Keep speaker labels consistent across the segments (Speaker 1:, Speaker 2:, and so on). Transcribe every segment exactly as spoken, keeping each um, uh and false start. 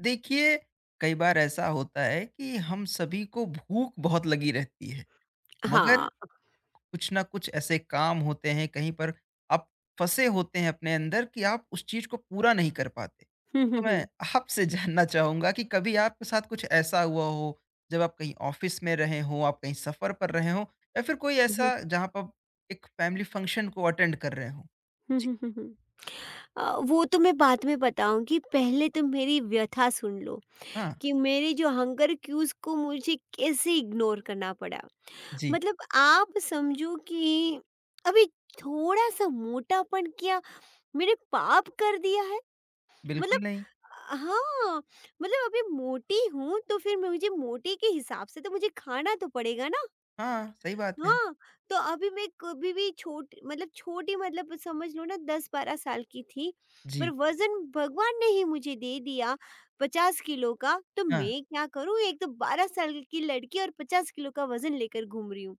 Speaker 1: देखिए, कई बार ऐसा होता है कि हम सभी को भूख बहुत लगी रहती है, मगर
Speaker 2: हाँ।
Speaker 1: कुछ ना कुछ ऐसे काम होते हैं, कहीं पर आप फँसे होते हैं अपने अंदर कि आप उस चीज़ को पूरा नहीं कर पाते। तो मैं आपसे जानना चाहूँगा कि कभी आपके साथ कुछ ऐसा हुआ हो, जब आप कहीं ऑफ़िस में रहे हों, आप कहीं सफ़र पर रहे हों या फिर कोई
Speaker 2: हुँ, हुँ, हुँ। हुँ, हुँ।
Speaker 1: ऐसा जहाँ पर आप एक फैमिली फंक्शन को अटेंड कर रहे हों?
Speaker 2: हुँ,
Speaker 1: जी।
Speaker 2: हुँ, हुँ, हुँ। अ, वो तो मैं बाद में बताऊँगी, पहले तुम मेरी व्यथा सुन लो
Speaker 1: हाँ।
Speaker 2: कि मेरे जो हंगर क्यूज़ को मुझे कैसे इग्नोर करना पड़ा।
Speaker 1: जी।
Speaker 2: मतलब आप समझो कि अभी थोड़ा-सा मोटापन क्या मैंने पाप कर दिया है?
Speaker 1: बिल्कुल
Speaker 2: मतलब
Speaker 1: नहीं।
Speaker 2: अ, हाँ, मतलब अभी मोटी हूँ तो फिर मुझे मोटी के हिसाब से तो मुझे खाना तो पड़ेगा ना।
Speaker 1: हाँ, सही बात है।
Speaker 2: हाँ, तो अभी मैं कभी भी छोट मतलब छोटी मतलब समझ लो ना दस बारह साल की थी, पर
Speaker 1: जी।
Speaker 2: वज़न भगवान ने ही मुझे दे दिया पचास किलो का, तो
Speaker 1: हाँ।
Speaker 2: मैं क्या करूँ? एक तो बारह साल की लड़की और पचास किलो का वज़न लेकर घूम रही हूँ।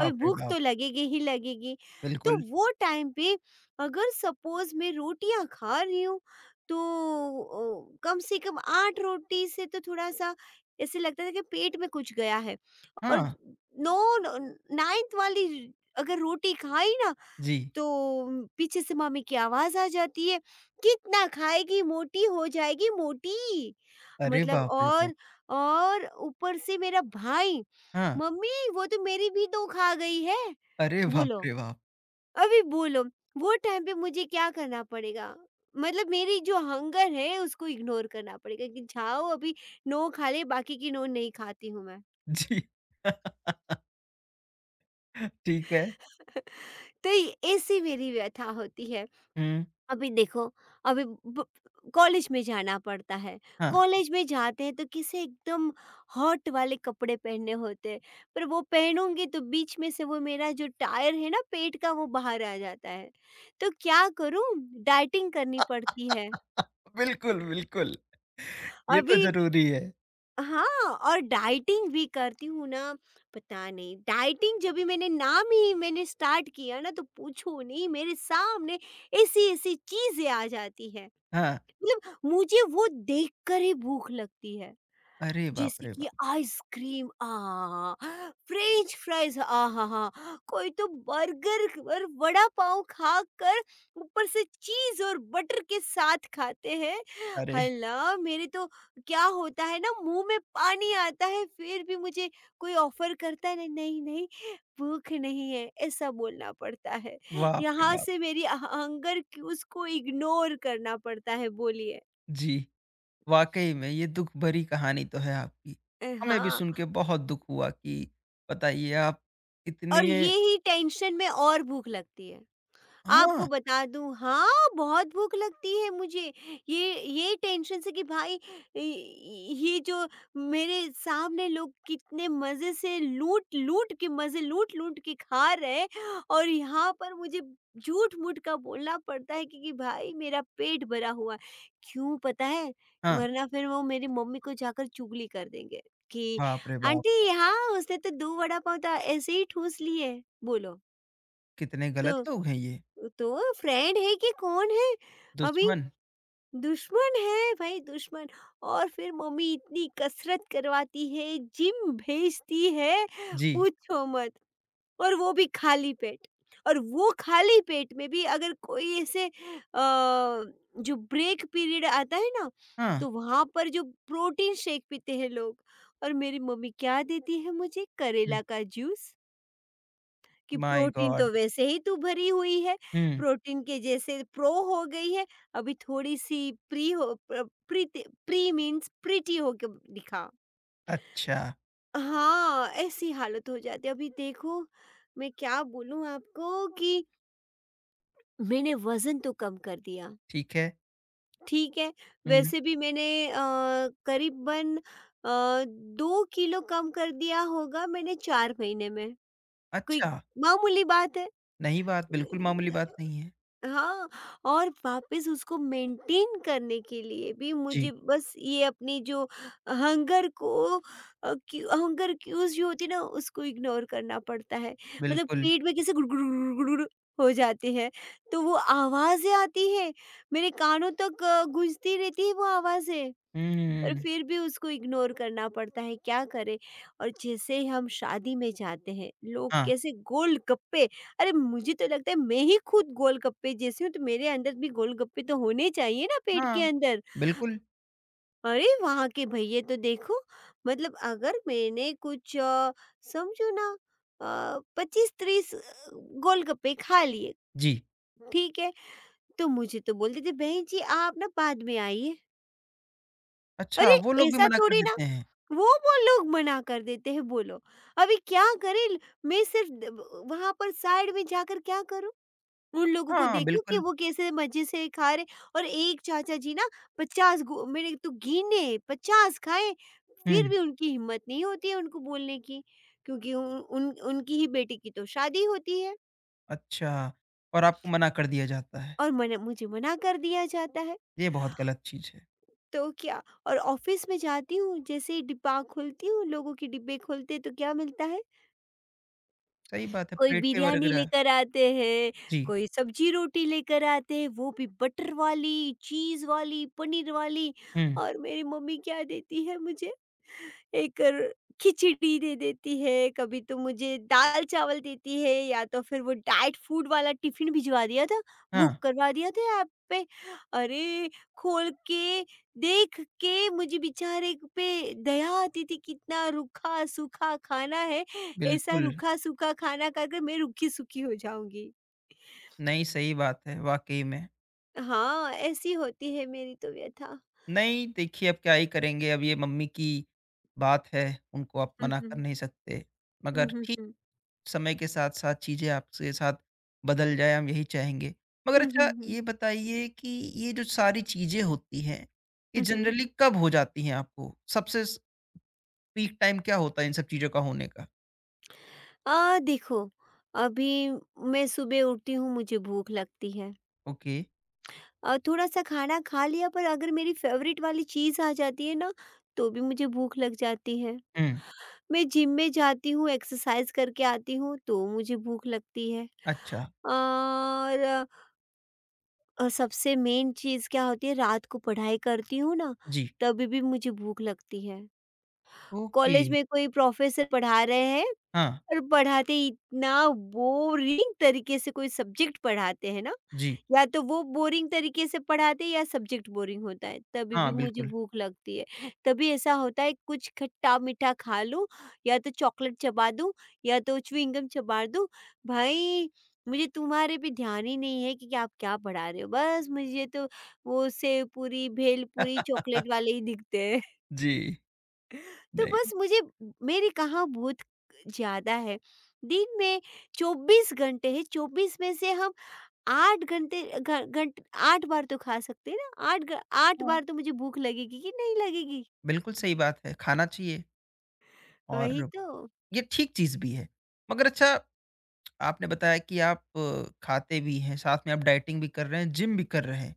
Speaker 2: अभी
Speaker 1: रे
Speaker 2: भूख
Speaker 1: बाप!
Speaker 2: तो लगेगी ही लगेगी। तो
Speaker 1: बिल्कुल।
Speaker 2: वो टाइम पे अगर सपोज़ मैं रोटियाँ खा रही हूँ, तो ओ, कम से कम आठ रोटी से तो थोड़ा-सा ऐसे लगता था कि पेट में कुछ गया है। और
Speaker 1: हाँ।
Speaker 2: नो, नो नौवीं वाली अगर रोटी खाई ना
Speaker 1: जी।
Speaker 2: तो पीछे से मम्मी की आवाज़ आ जाती है, "कितना खाएगी? मोटी हो जाएगी मोटी।"
Speaker 1: अरे
Speaker 2: मतलब
Speaker 1: बाप रे बाप!
Speaker 2: और और ऊपर से मेरा भाई,
Speaker 1: हाँ।
Speaker 2: "मम्मी वो तो मेरी भी तो खा गई है।"
Speaker 1: अरे बाप
Speaker 2: बोलो,
Speaker 1: रे बाप!
Speaker 2: अभी बोलो वो टाइम पे मुझे क्या करना पड़ेगा? मतलब मेरी जो हंगर है उसको इग्नोर करना पड़ेगा कि जाओ अभी नौ खा ले बाकी की नौ नहीं खाती हूँ मैं।
Speaker 1: जी। ठीक है।
Speaker 2: तो ये ऐसी मेरी व्यथा होती है।
Speaker 1: हुँ।
Speaker 2: अभी देखो अभी ब कॉलेज में जाना पड़ता है।
Speaker 1: हाँ,
Speaker 2: कॉलेज में जाते हैं तो किसे एकदम हॉट वाले कपड़े पहनने होते हैं। पर वो पहनूँगी तो बीच में से वो मेरा जो टायर है ना पेट का वो बाहर आ जाता है। तो क्या करूँ? डाइटिंग करनी पड़ती है।
Speaker 1: बिल्कुल, बिल्कुल। ये तो
Speaker 2: अभी
Speaker 1: ज़रूरी है।
Speaker 2: हाँ और डाइटिंग भी करती हूँ ना, पता नहीं डाइटिंग जब भी मैंने नाम ही मैंने स्टार्ट किया ना तो पूछो नहीं मेरे सामने ऐसी ऐसी चीजें आ जाती है,
Speaker 1: हाँ।
Speaker 2: मतलब मुझे वो देखकर ही भूख लगती है।
Speaker 1: अरे बाप
Speaker 2: जैसे
Speaker 1: रे
Speaker 2: कि
Speaker 1: बाप!
Speaker 2: आइसक्रीम आहा, फ्रेंच फ्राइज आहा, कोई तो बर्गर और वड़ा पाव खा कर ऊपर से चीज और बटर के साथ खाते हैं,
Speaker 1: अरे
Speaker 2: हल्ला मेरे तो क्या होता है ना मुंह में पानी आता है, फिर भी मुझे कोई ऑफर करता है नहीं नहीं नहीं भूख नहीं है ऐसा बोलना पड़ता है,
Speaker 1: बाप रे
Speaker 2: यहाँ
Speaker 1: बाप!
Speaker 2: से मेरी हंगर की उसको इग्नोर करना पड़ता है, बोलिए।
Speaker 1: जी, वाक़ई में ये दुःख भरी कहानी तो है आपकी।
Speaker 2: अ,
Speaker 1: हमें भी
Speaker 2: हाँ,
Speaker 1: सुन के बहुत दुःख हुआ कि बताइए आप इतने।
Speaker 2: और ये ही टेंशन में और भूख लगती है। आपको
Speaker 1: हाँ।
Speaker 2: बता दूँ, हाँ, बहुत भूख लगती है मुझे। ये ये टेंशन से कि भाई इ ये जो मेरे सामने लोग कितने मज़े से लूट-लूट के मज़े लूट-लूट के खा रहे हैं और यहाँ पर मुझे झूठ-मूठ का बोलना पड़ता है कि कि भाई मेरा पेट भरा हुआ है। क्यों पता है?
Speaker 1: हाँ।
Speaker 2: वरना फिर वो मेरी मम्मी को जाकर चुगली कर देंगे कि
Speaker 1: बाप रे बाप!
Speaker 2: आंटी, हाँ, उसने तो दो वड़ा पाव तो ऐसे ही ठूस लिए। बोलो,
Speaker 1: कितने गलत
Speaker 2: तो
Speaker 1: लोग हैं ये।
Speaker 2: तो फ्रेंड है कि कौन है? अभी
Speaker 1: दुश्मन।
Speaker 2: दुश्मन है भाई दुश्मन। और फिर मम्मी इतनी कसरत करवाती है, जिम भेजती है,
Speaker 1: जी।
Speaker 2: पूछो मत, और वो भी खाली पेट। और वो खाली पेट में भी अगर कोई ऐसे अ, जो ब्रेक पीरियड आता है ना,
Speaker 1: हाँ।
Speaker 2: तो वहाँ पर जो प्रोटीन शेक पीते हैं लोग, और मेरी मम्मी क्या देती है मुझे?
Speaker 1: हुँ।
Speaker 2: करेला का जूस, कि
Speaker 1: माय
Speaker 2: प्रोटीन तो
Speaker 1: गॉड!
Speaker 2: वैसे ही तू भरी हुई है,
Speaker 1: हुँ।
Speaker 2: प्रोटीन के जैसे प्रो हो गई है, अभी थोड़ी-सी प्री हो अ, प्रीति, प्री मीन्स प्रीटी होके दिखा।
Speaker 1: अच्छा।
Speaker 2: हाँ, ऐसी हालत हो जाती है। अभी देखो, मैं क्या बोलूँ आपको कि मैंने वज़न तो कम कर दिया,
Speaker 1: ठीक है।
Speaker 2: ठीक है?
Speaker 1: हुँ।
Speaker 2: वैसे भी मैंने अ, करीबन अ, दो किलो कम कर दिया होगा मैंने चार महीने में, कोई
Speaker 1: अच्छा,
Speaker 2: मामूली बात है।
Speaker 1: नई बात, बिल्कुल मामूली बात नहीं है।
Speaker 2: हाँ, और वापस उसको मेंटेन करने के लिए भी
Speaker 1: जी।
Speaker 2: मुझे बस ये अपनी जो हंगर को अ, क्यू हंगर क्यूज जो होती है ना उसको इग्नोर करना पड़ता है। मतलब
Speaker 1: बिल्कुल।
Speaker 2: पेट में कैसे गुड़ गुड़ गुड़ गुड़ गुड़ हो जाते हैं, तो वो आवाज़ें आती हैं, मेरे कानों तक अ, गूंजती रहती है वो आवाज़ें। पर
Speaker 1: हुँ।
Speaker 2: फिर भी उसको इग्नोर करना पड़ता है, क्या करें? और जैसे ही हम शादी में जाते हैं, लोग
Speaker 1: हाँ,
Speaker 2: कैसे गोलगप्पे! अरे, मुझे तो लगता है मैं ही खुद गोलगप्पे जैसी हूँ, तो मेरे अंदर भी गोलगप्पे तो होने चाहिए ना पेट
Speaker 1: हाँ,
Speaker 2: के अंदर।
Speaker 1: बिल्कुल।
Speaker 2: अरे, वहाँ के भैये तो देखो, मतलब अगर मैंने कुछ अ, समझो ना अ, पच्चीस तीस अ, गोलगप्पे खा लिए,
Speaker 1: जी।
Speaker 2: ठीक है? तो मुझे तो बोलते थे, बहन जी आप ना बाद में आइए।
Speaker 1: अच्छा,
Speaker 2: अरे,
Speaker 1: वो लोग भी
Speaker 2: ऐसा
Speaker 1: मना कर
Speaker 2: थोड़ी ना,
Speaker 1: देते हैं।
Speaker 2: वो वो लोग मना कर देते हैं, बोलो। अभी क्या करें, मैं सिर्फ़ द ब वहाँ पर साइड में जाकर क्या करूँ? उन लोगों को
Speaker 1: हाँ,
Speaker 2: देखूँ कि
Speaker 1: बिल्कुल।
Speaker 2: वो कैसे मज़े से खा रहे। और एक चाचा जी ना, पचास गो मैंने तो गिने, पचास खाए, फिर
Speaker 1: हुँ।
Speaker 2: भी उनकी हिम्मत नहीं होती है उनको बोलने की, क्योंकि उ उन उनकी ही बेटी की तो शादी होती है,
Speaker 1: अच्छा, और आपको मना कर दिया जाता है।
Speaker 2: और मना मुझे मना कर दिया जाता है।
Speaker 1: ये बहुत गलत चीज़ है।
Speaker 2: तो क्या, और ऑफ़िस में जाती हूँ, जैसे ही डिब्बा खोलती हूँ, लोगों के डिब्बे खोलते हैं तो क्या मिलता है?
Speaker 1: सही बात है,
Speaker 2: कोई
Speaker 1: पराठे
Speaker 2: बिरयानी
Speaker 1: वगैरह।
Speaker 2: लेकर आते हैं,
Speaker 1: जी।
Speaker 2: कोई सब्जी रोटी लेकर आते हैं, वो भी बटर वाली, चीज़ वाली, पनीर वाली,
Speaker 1: हुँ।
Speaker 2: और मेरी मम्मी क्या देती है मुझे? एक र खिचड़ी दे देती है, कभी तो मुझे दाल-चावल देती है, या तो फिर वो डाइट फूड वाला टिफ़िन भिजवा दिया था,
Speaker 1: हाँ,
Speaker 2: बुक करवा दिया था ऐप पे। अरे, खोल के, देख के मुझे बेचारे क पे दया आती थी, कितना रूखा-सूखा खाना है, ऐसा
Speaker 1: बिल्कुल।
Speaker 2: रूखा-सूखा खाना खाकर मैं रूखी-सूखी हो जाऊँगी।
Speaker 1: नहीं, सही बात है, वाक़ई में।
Speaker 2: हाँ, ऐसी होती है मेरी तो व्यथा।
Speaker 1: नहीं देखिए अब क्या ही करेंगे, अब ये मम्मी की बात है, उनको आप
Speaker 2: हुँ,
Speaker 1: मना कर
Speaker 2: हुँ।
Speaker 1: नहीं सकते।
Speaker 2: हुँ,
Speaker 1: मगर
Speaker 2: हुँ,
Speaker 1: ठीक।
Speaker 2: हुँ।
Speaker 1: समय के साथ-साथ चीज़ें आपके साथ बदल जाए हम यही चाहेंगे। मगर
Speaker 2: हुँ, हुँ,
Speaker 1: अच्छा
Speaker 2: हुँ।
Speaker 1: ये बताइए कि ये जो सारी चीज़ें होती हैं, ये जी।
Speaker 2: हुँ, हुँ।
Speaker 1: जनरली कब हो जाती हैं आपको? सबसे स पीक टाइम क्या होता है इन सब चीज़ों का होने का?
Speaker 2: आ देखो, अभी मैं सुबह उठती हूँ, मुझे भूख लगती है।
Speaker 1: ओके।
Speaker 2: अ, थोड़ा-सा खाना खा लिया, पर अगर मेरी फ़ेवरेट वाली चीज़ आ जाती है ना, तो भी मुझे भूख लग जाती है।
Speaker 1: हुँ।
Speaker 2: मैं जिम में जाती हूँ, एक्सरसाइज़ करके आती हूँ, तो मुझे भूख लगती है।
Speaker 1: अच्छा।
Speaker 2: और अ, सबसे मेन चीज़ क्या होती है, रात को पढ़ाई करती हूँ ना,
Speaker 1: जी।
Speaker 2: तभी भी मुझे भूख लगती है।
Speaker 1: ओके।
Speaker 2: कॉलेज में कोई प्रोफ़ेसर पढ़ा रहे हैं
Speaker 1: हाँ।
Speaker 2: और पढ़ाते ही इतना बोरिंग तरीके से कोई सब्जेक्ट पढ़ाते हैं ना,
Speaker 1: जी।
Speaker 2: या तो वो बोरिंग तरीके से पढ़ाते हैं या सब्जेक्ट बोरिंग होता है, तभी
Speaker 1: हाँ,
Speaker 2: भी मुझे
Speaker 1: बिल्कुल।
Speaker 2: भूख लगती है। तभी ऐसा होता है कुछ खट्टा-मीठा खा लूँ, या तो चॉकलेट चबा दूँ, या तो च्युइंग गम चबा दूँ। भाई, मुझे तुम्हारे पे ध्यान ही नहीं है कि आप क्या पढ़ा रहे हो, बस मुझे तो वो सेव पूरी, भेल पूरी, चॉकलेट वाले ही दिखते हैं।
Speaker 1: जी।
Speaker 2: तो बस
Speaker 1: नहीं।
Speaker 2: मुझे मेरी कहाँ भूख ज़्यादा है। दिन में चौबीस घंटे हैं, चौबीस में से हम आठ घंटे घ घंट आठ बार तो खा सकते हैं ना, आठ ग आठ
Speaker 1: हाँ,
Speaker 2: बार तो मुझे भूख लगेगी कि नहीं लगेगी?
Speaker 1: बिल्कुल सही बात है, खाना चाहिए
Speaker 2: वही
Speaker 1: और
Speaker 2: तो।
Speaker 1: ये ठीक चीज़ भी है। मगर अच्छा आपने बताया कि आप अ, खाते भी हैं, साथ में आप डाइटिंग भी कर रहे हैं, जिम भी कर रहे हैं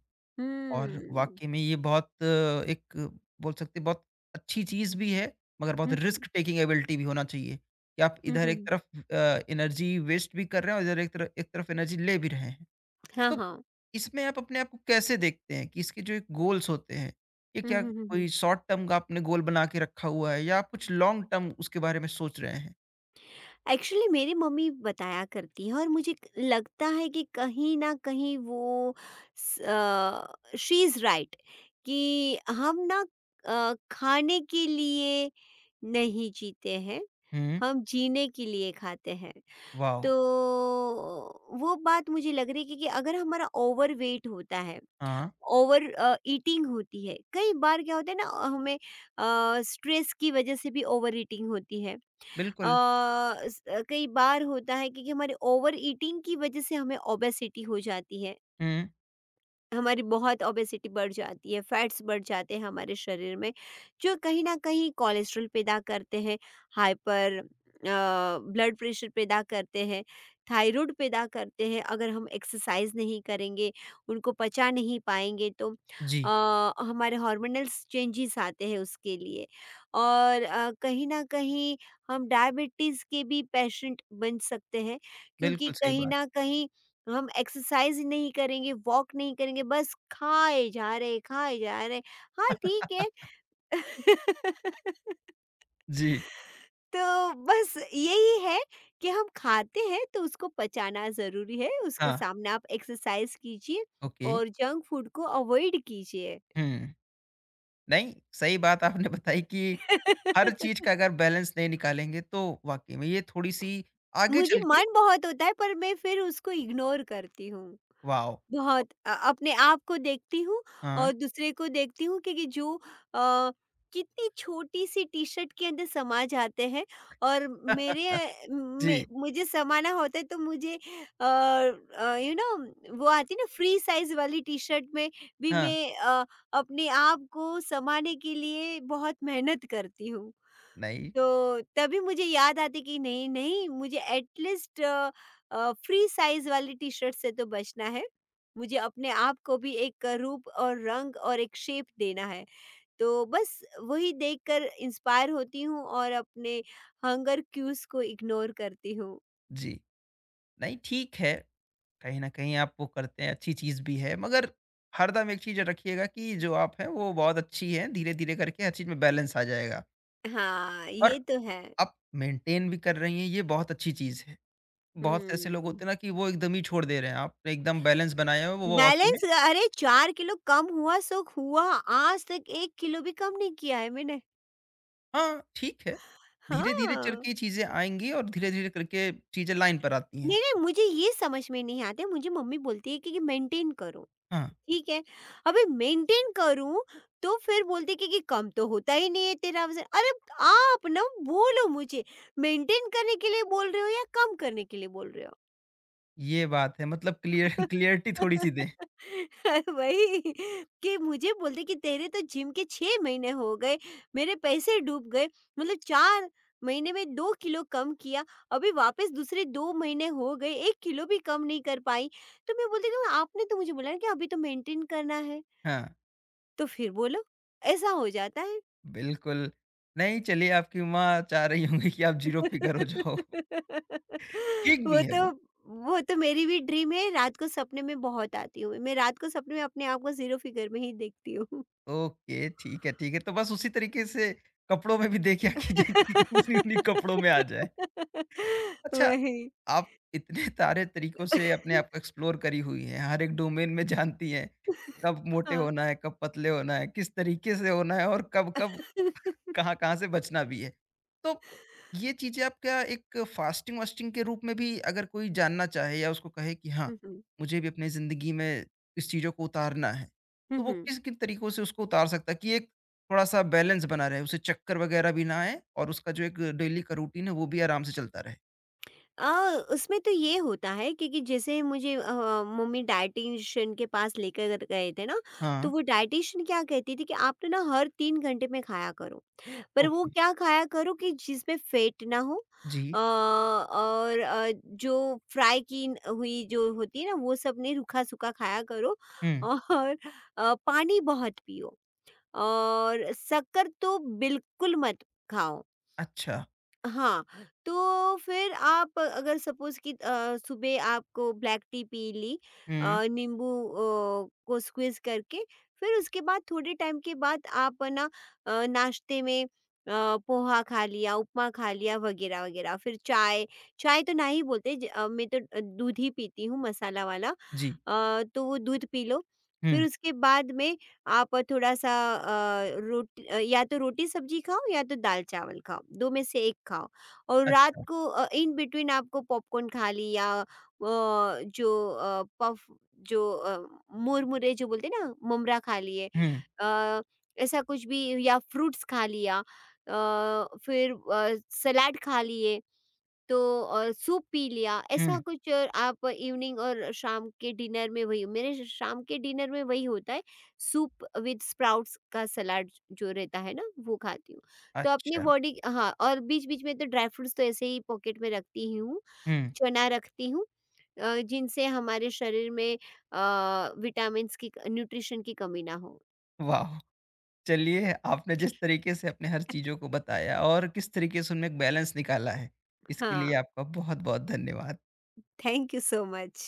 Speaker 1: और
Speaker 2: हुँ।
Speaker 1: वाक़ई में ये बहुत अ, एक अ, बोल सकते हैं बहुत अच्छी चीज़ भी है, मगर बहुत
Speaker 2: हुँ, हुँ।
Speaker 1: रिस्क टेकिंग एबिलिटी भी होना चाहिए कि आप
Speaker 2: हुँ,
Speaker 1: इधर एक
Speaker 2: हुँ।
Speaker 1: तरफ अ, एनर्जी वेस्ट भी कर रहे हैं और इधर एक तरफ एक तरफ एनर्जी ले भी रहे हैं।
Speaker 2: हाँ,
Speaker 1: तो
Speaker 2: हाँ।
Speaker 1: इसमें आप अपने आप को कैसे देखते हैं कि इसके जो एक गोल्स होते हैं, ये
Speaker 2: हुँ,
Speaker 1: क्या
Speaker 2: हुँ, हुँ, हुँ।
Speaker 1: कोई शॉर्ट टर्म का आपने गोल बना के रखा हुआ है या आप कुछ लॉन्ग टर्म उसके बारे में सोच रहे हैं?
Speaker 2: एक्चुअली मेरी मम्मी बताया करती है और मुझे क लगता है कि कहीं न कहीं वो, स अ, शी इज़ राइट, कि हम ना अ, खाने के लिए नहीं जीते हैं,
Speaker 1: हुँ।
Speaker 2: हम जीने के लिए खाते हैं।
Speaker 1: वाओ!
Speaker 2: तो वो बात मुझे लग रही है कि कि अगर हमारा ओवरवेट होता है,
Speaker 1: हाँ,
Speaker 2: ओवर अ, ईटिंग होती है, कई बार क्या होता है ना, अ, हमें अ, स्ट्रेस की वजह से भी ओवर ईटिंग होती है। अ,
Speaker 1: बिल्कुल।
Speaker 2: स अ, कई बार होता है कि कि हमारे ओवर ईटिंग की वजह से हमें ओबेसिटी हो जाती है।
Speaker 1: हुँ।
Speaker 2: हमारी बहुत ओबेसिटी बढ़ जाती है, फैट्स बढ़ जाते हैं हमारे शरीर में, जो कहीं न कहीं कोलेस्ट्रॉल पैदा करते हैं, हाइपर अ, ब्लड प्रेशर पैदा करते हैं, थायराइड पैदा करते हैं। अगर हम एक्सरसाइज़ नहीं करेंगे, उनको पचा नहीं पाएँगे, तो
Speaker 1: जी,
Speaker 2: अ, हमारे हार्मोनल्स चेंजेस आते हैं उसके लिए, और अ, कहीं न कहीं हम डायबिटीज़ के भी पेशेंट बन सकते हैं, क्योंकि
Speaker 1: बिल्कुल सही
Speaker 2: कहीं
Speaker 1: बात।
Speaker 2: न कहीं हम एक्सरसाइज नहीं करेंगे, वॉक नहीं करेंगे, बस खाए जा रहे, खाए जा रहे। हाँ, ठीक है।
Speaker 1: जी।
Speaker 2: तो बस यही है कि हम खाते हैं तो उसको पचाना ज़रूरी है, उसके
Speaker 1: हाँ,
Speaker 2: सामने आप एक्सरसाइज कीजिए
Speaker 1: ओके।
Speaker 2: और जंक फूड को अवॉइड कीजिए।
Speaker 1: हुँ। नहीं, सही बात आपने बताई कि हर चीज़ का अगर बैलेंस नहीं निकालेंगे तो वाक़ई में ये थोड़ी-सी आगे
Speaker 2: मुझे
Speaker 1: चल के।
Speaker 2: मन बहुत होता है पर मैं फिर उसको इग्नोर करती हूँ।
Speaker 1: वॉव!
Speaker 2: बहुत अ, अपने आप को देखती हूँ
Speaker 1: हाँ।
Speaker 2: और दूसरे को देखती हूँ, क्योंकि जो अ, कितनी छोटी-सी टी-शर्ट के अंदर समा जाते हैं, और मेरे अ,
Speaker 1: जी।
Speaker 2: मे मुझे समाना होता है तो मुझे अ अ, यू नो, वो आती है ना फ्री साइज़ वाली टी-शर्ट में, भी
Speaker 1: हाँ।
Speaker 2: मैं अ, अपने आप को समाने के लिए बहुत मेहनत करती हूँ।
Speaker 1: नहीं।
Speaker 2: तो तभी मुझे याद आती कि नहीं नहीं, मुझे एटलीस्ट फ्री साइज वाली टी शर्ट से तो बचना है, मुझे अपने आप को भी एक रूप और रंग और एक शेप देना है। तो बस वही देखकर इंस्पायर होती हूँ और अपने हंगर क्यूज को इग्नोर करती हूँ।
Speaker 1: जी। नहीं, ठीक है, कहीं न कहीं आप वो करते हैं, अच्छी चीज़ भी है, मगर हरदम एक चीज़ रखिएगा कि जो आप हैं, वो बहुत अच्छी हैं, धीरे-धीरे करके हर चीज़ में बैलेंस आ जाएगा
Speaker 2: हाँ,
Speaker 1: और
Speaker 2: ये तो है।
Speaker 1: आप मेंटेन भी कर रही हैं, ये बहुत अच्छी चीज़ है। बहुत से ऐसे लोग
Speaker 2: हम्म।
Speaker 1: होते हैं ना कि वो एकदम ही छोड़ दे रहे हैं, आपने एकदम बैलेंस बनाया हुआ है, वो वाक़ई में।
Speaker 2: बैलेंस, अरे चार किलो कम हुआ सो हुआ, आज तक एक किलो भी कम नहीं किया है मैंने।
Speaker 1: हाँ, ठीक है। धीरे-धीरे चल
Speaker 2: हाँ।
Speaker 1: के ये चीज़ें आएँगी और धीरे-धीरे करके चीज़ें लाइन पर आती हैं।
Speaker 2: नहीं, नहीं, मुझे ये समझ में नहीं आते, मुझे मम्मी बोलती है कि कि मेंटेन करो,
Speaker 1: हाँ,
Speaker 2: ठीक है। अबे मेंटेन करूँ, तो फिर बोलती है कि कि कम तो होता ही नहीं है तेरा वज़न। अरे, आप ना बोलो मुझे, मेंटेन करने के लिए बोल रहे हो या कम करने के लिए बोल रहे हो?
Speaker 1: ये बात है मतलब क्लियर क्लियरिटी थोड़ी-सी दें।
Speaker 2: वही, कि मुझे बोलते कि तेरे तो जिम के छह महीने हो गए, मेरे पैसे डूब गए, मतलब चार महीने में दो किलो कम किया, अभी वापस दूसरे दो महीने हो गए, एक किलो भी कम नहीं कर पाई। तो मैं बोलती हूँ आपने तो मुझे बोला ना कि अभी तो मेंटेन करना है,
Speaker 1: हाँ,
Speaker 2: तो फिर बोलो, ऐसा हो जाता है।
Speaker 1: बिल्कुल। नहीं चलिए आपकी माँ चाह रही होंगी कि आप ज़ीरो फिगर हो जाओ। ठीक भी
Speaker 2: वो
Speaker 1: है
Speaker 2: तो
Speaker 1: वो।
Speaker 2: वो तो मेरी भी ड्रीम है, रात को सपने में बहुत आती हूँ, मैं रात को सपने में अपने आप को ज़ीरो फिगर में ही देखती हूँ।
Speaker 1: ओके, ठीक है, ठीक है। तो बस उसी तरीके से कपड़ों में भी देखा कीजिए कि उन्हीं-उन्हीं कपड़ों में आ जाए। अच्छा,
Speaker 2: वही।
Speaker 1: आप इतने सारे तरीकों से अपने आप को एक्सप्लोर करी हुई है, हर एक डोमेन में जानती हैं, कब मोटे
Speaker 2: हाँ।
Speaker 1: होना है, कब पतले होना है, किस तरीके से होना है और कब-कब कहाँ-कहाँ से बचना भी है। तो ये चीज़ें आप क्या एक फास्टिंग-वास्टिंग के रूप में भी अगर कोई जानना चाहे या उसको कहे कि हाँ,
Speaker 2: हुँ, हुँ।
Speaker 1: मुझे भी अपनी ज़िंदगी में इस चीज़ों को उतारना है,
Speaker 2: हुँ,
Speaker 1: तो वो
Speaker 2: हुँ।
Speaker 1: किन-किन तरीकों से उसको उतार सकता है कि एक थोड़ा-सा बैलेंस बना रहे, उसे चक्कर वगैरह भी ना आए और उसका जो एक डेली का रूटीन है, वो भी आराम से चलता रहे?
Speaker 2: अ, उसमें तो ये होता है, क्योंकि जैसे मुझे अ, मम्मी डायटीशियन के पास लेकर गए थे ना, तो
Speaker 1: हाँ।
Speaker 2: वो डायटीशियन क्या कहती थी कि आप तो ना हर तीन घंटे में खाया करो। पर वो
Speaker 1: ओके।
Speaker 2: क्या खाया करो कि जिसमें फ़ैट ना हो,
Speaker 1: जी।
Speaker 2: अ, और अ, जो फ्राई की न- हुई जो होती है ना, वो सब नहीं, रूखा-सूखा खाया करो,
Speaker 1: हुँ।
Speaker 2: और अ, पानी बहुत पियो। और शक्कर तो बिल्कुल मत खाओ।
Speaker 1: अच्छा।
Speaker 2: हाँ, तो फिर आप अगर सपोज़ कि अ, सुबह आपको ब्लैक टी पी ली,
Speaker 1: हुँ।
Speaker 2: अ, नींबू अ, को स्क्वीज़ करके, फिर उसके बाद थोड़े टाइम के बाद आप है ना, अ, नाश्ते में अ, पोहा खा लिया, उपमा खा लिया वगैरह, वगैरह। फिर चाय, चाय तो ना ही बोलते ज अ, मैं तो दूध ही पीती हूँ मसाला वाला।
Speaker 1: जी।
Speaker 2: अ, तो वो दूध पी लो, फिर
Speaker 1: हुँ।
Speaker 2: उसके बाद में आप थोड़ा-सा अ, रोट अ, या तो रोटी सब्जी खाओ या तो दाल-चावल खाओ, दो में से एक खाओ। और रात
Speaker 1: अच्छा।
Speaker 2: को अ, इन बिटवीन आपको पॉपकॉर्न खा ली या अ, जो अ, पफ जो अ, मुरमुरे जो बोलते हैं ना, ममरा खा लिए,
Speaker 1: हुँ,
Speaker 2: अ, ऐसा कुछ भी या फ्रूट्स खा लिया, अ, फिर अ, सलाद खा लिए, तो अ, सूप पी लिया,
Speaker 1: हुँ।
Speaker 2: ऐसा कुछ। अ, आप इवनिंग और शाम के डिनर में वही मेरे श- शाम के डिनर में वही होता है, सूप विद स्प्राउट्स का सलाद जो रहता है ना वो खाती हूँ। तो अपनी
Speaker 1: अच्छा।
Speaker 2: बॉडी, हाँ, और बीच बीच में तो ड्राई फ्रूट्स तो ऐसे ही पॉकेट में रखती ही हूँ,
Speaker 1: हुँ।
Speaker 2: चना रखती हूँ, अ, जिनसे हमारे शरीर में विटामिन की, न्यूट्रिशन की कमी ना हो।
Speaker 1: वाह! चलिए, आपने जिस तरीके से अपने हर चीज़ों को बताया और किस तरीके से उनमें एक बैलेंस निकाला है, इसके
Speaker 2: हाँ,
Speaker 1: लिए आपका बहुत-बहुत धन्यवाद।
Speaker 2: Thank you so much.